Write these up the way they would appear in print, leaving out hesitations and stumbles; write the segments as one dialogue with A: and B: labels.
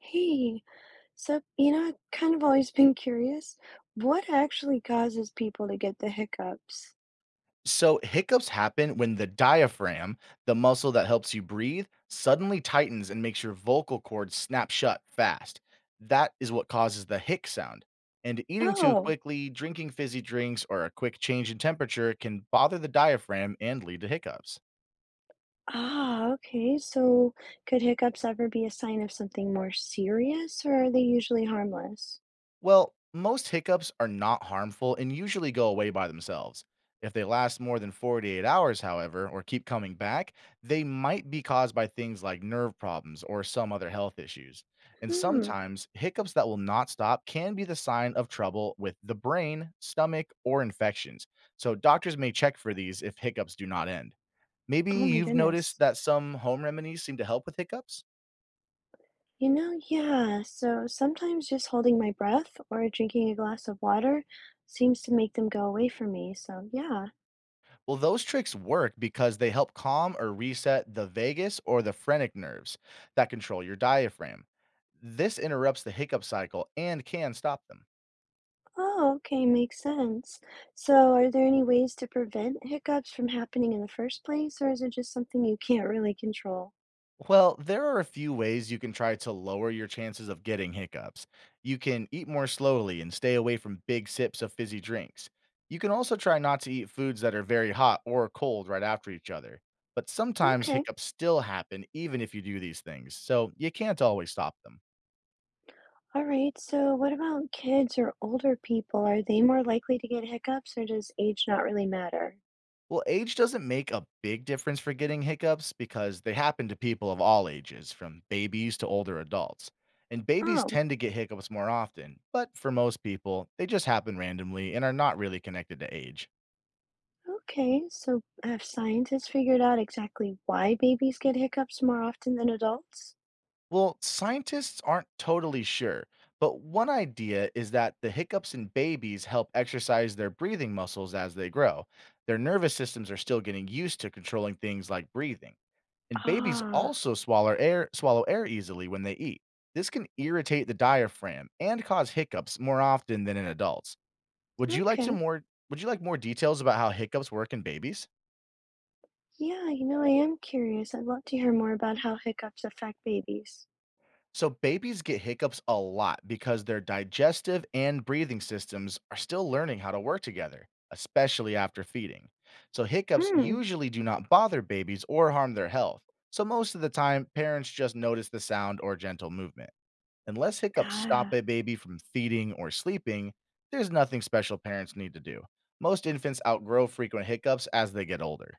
A: Hey, I've kind of always been curious. What actually causes people to get the hiccups?
B: So, hiccups happen when the diaphragm, the muscle that helps you breathe, suddenly tightens and makes your vocal cords snap shut fast. That is what causes the hic sound. And eating too
A: Oh,
B: quickly, drinking fizzy drinks, or a quick change in temperature can bother the diaphragm and lead to hiccups.
A: okay. So could hiccups ever be a sign of something more serious, or are they usually harmless?
B: Well, most hiccups are not harmful and usually go away by themselves. If they last more than 48 hours, however, or keep coming back, they might be caused by things like nerve problems or some other health issues. And
A: Hmm.
B: sometimes hiccups that will not stop can be the sign of trouble with the brain, stomach, or infections. So doctors may check for these if hiccups do not end. Maybe
A: Oh my
B: you've noticed
A: goodness.
B: that some home remedies seem to help with hiccups?
A: Yeah. So sometimes just holding my breath or drinking a glass of water seems to make them go away from me. So yeah.
B: Well, those tricks work because they help calm or reset the vagus or the phrenic nerves that control your diaphragm. This interrupts the hiccup cycle and can stop them.
A: Oh, okay, makes sense. So, are there any ways to prevent hiccups from happening in the first place, or is it just something you can't really control?
B: Well, there are a few ways you can try to lower your chances of getting hiccups. You can eat more slowly and stay away from big sips of fizzy drinks. You can also try not to eat foods that are very hot or cold right after each other. But sometimes
A: Okay,
B: hiccups still happen even if you do these things, so you can't always stop them.
A: all right. So, what about kids or older people? Are they more likely to get hiccups, or does age not really matter?
B: Well, age doesn't make a big difference for getting hiccups because they happen to people of all ages, from babies to older adults. And babies
A: Oh,
B: tend to get hiccups more often, but for most people, they just happen randomly and are not really connected to age.
A: okay. So, have scientists figured out exactly why babies get hiccups more often than adults?
B: Well, scientists aren't totally sure, but one idea is that the hiccups in babies help exercise their breathing muscles as they grow. Their nervous systems are still getting used to controlling things like breathing. And babies
A: Ah,
B: also swallow air easily when they eat. This can irritate the diaphragm and cause hiccups more often than in adults. Would you like to
A: okay.
B: more would you like more details about how hiccups work in babies?
A: Yeah, I am curious. I'd love to hear more about how hiccups affect babies.
B: So babies get hiccups a lot because their digestive and breathing systems are still learning how to work together, especially after feeding. So hiccups
A: Mm,
B: usually do not bother babies or harm their health. So most of the time parents just notice the sound or gentle movement. Unless hiccups stop
A: God.
B: a baby from feeding or sleeping, there's nothing special parents need to do. Most infants outgrow frequent hiccups as they get older.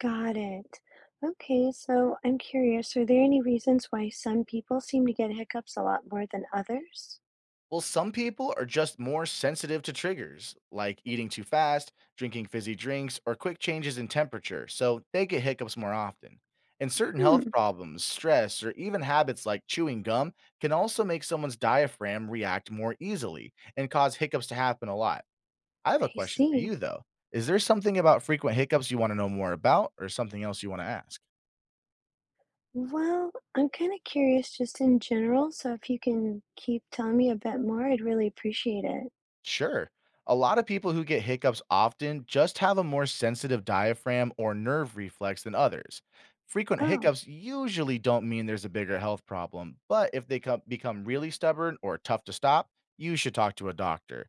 A: Got it. Okay, so I'm curious, are there any reasons why some people seem to get hiccups a lot more than others?
B: Well, some people are just more sensitive to triggers, like eating too fast, drinking fizzy drinks, or quick changes in temperature, so they get hiccups more often. And certain health
A: Hmm,
B: problems, stress, or even habits like chewing gum can also make someone's diaphragm react more easily and cause hiccups to happen a lot. I have a
A: I
B: question for
A: see.
B: you, though. Is there something about frequent hiccups you wanna know more about or something else you wanna ask?
A: Well, I'm kind of curious just in general, so if you can keep telling me a bit more, I'd really appreciate it.
B: Sure. A lot of people who get hiccups often just have a more sensitive diaphragm or nerve reflex than others. Frequent
A: Oh,
B: hiccups usually don't mean there's a bigger health problem, but if they come become really stubborn or tough to stop, you should talk to a doctor.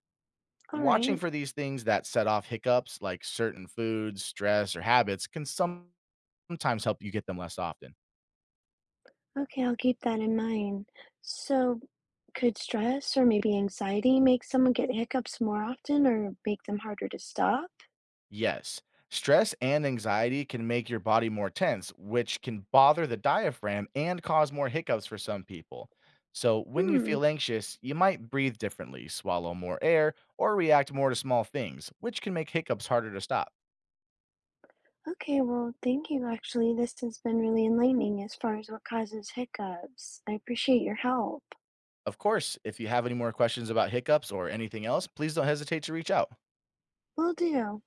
A: all right.
B: Watching for these things that set off hiccups, like certain foods, stress, or habits, can sometimes help you get them less often.
A: Okay, I'll keep that in mind. So, could stress or maybe anxiety make someone get hiccups more often or make them harder to stop?
B: Yes. Stress and anxiety can make your body more tense, which can bother the diaphragm and cause more hiccups for some people. So, when you
A: Hmm.
B: feel anxious, you might breathe differently, swallow more air, or react more to small things, which can make hiccups harder to stop.
A: Okay, well, thank you. Actually, this has been really enlightening as far as what causes hiccups. I appreciate your help.
B: Of course, if you have any more questions about hiccups or anything else, please don't hesitate to reach out.
A: Will do.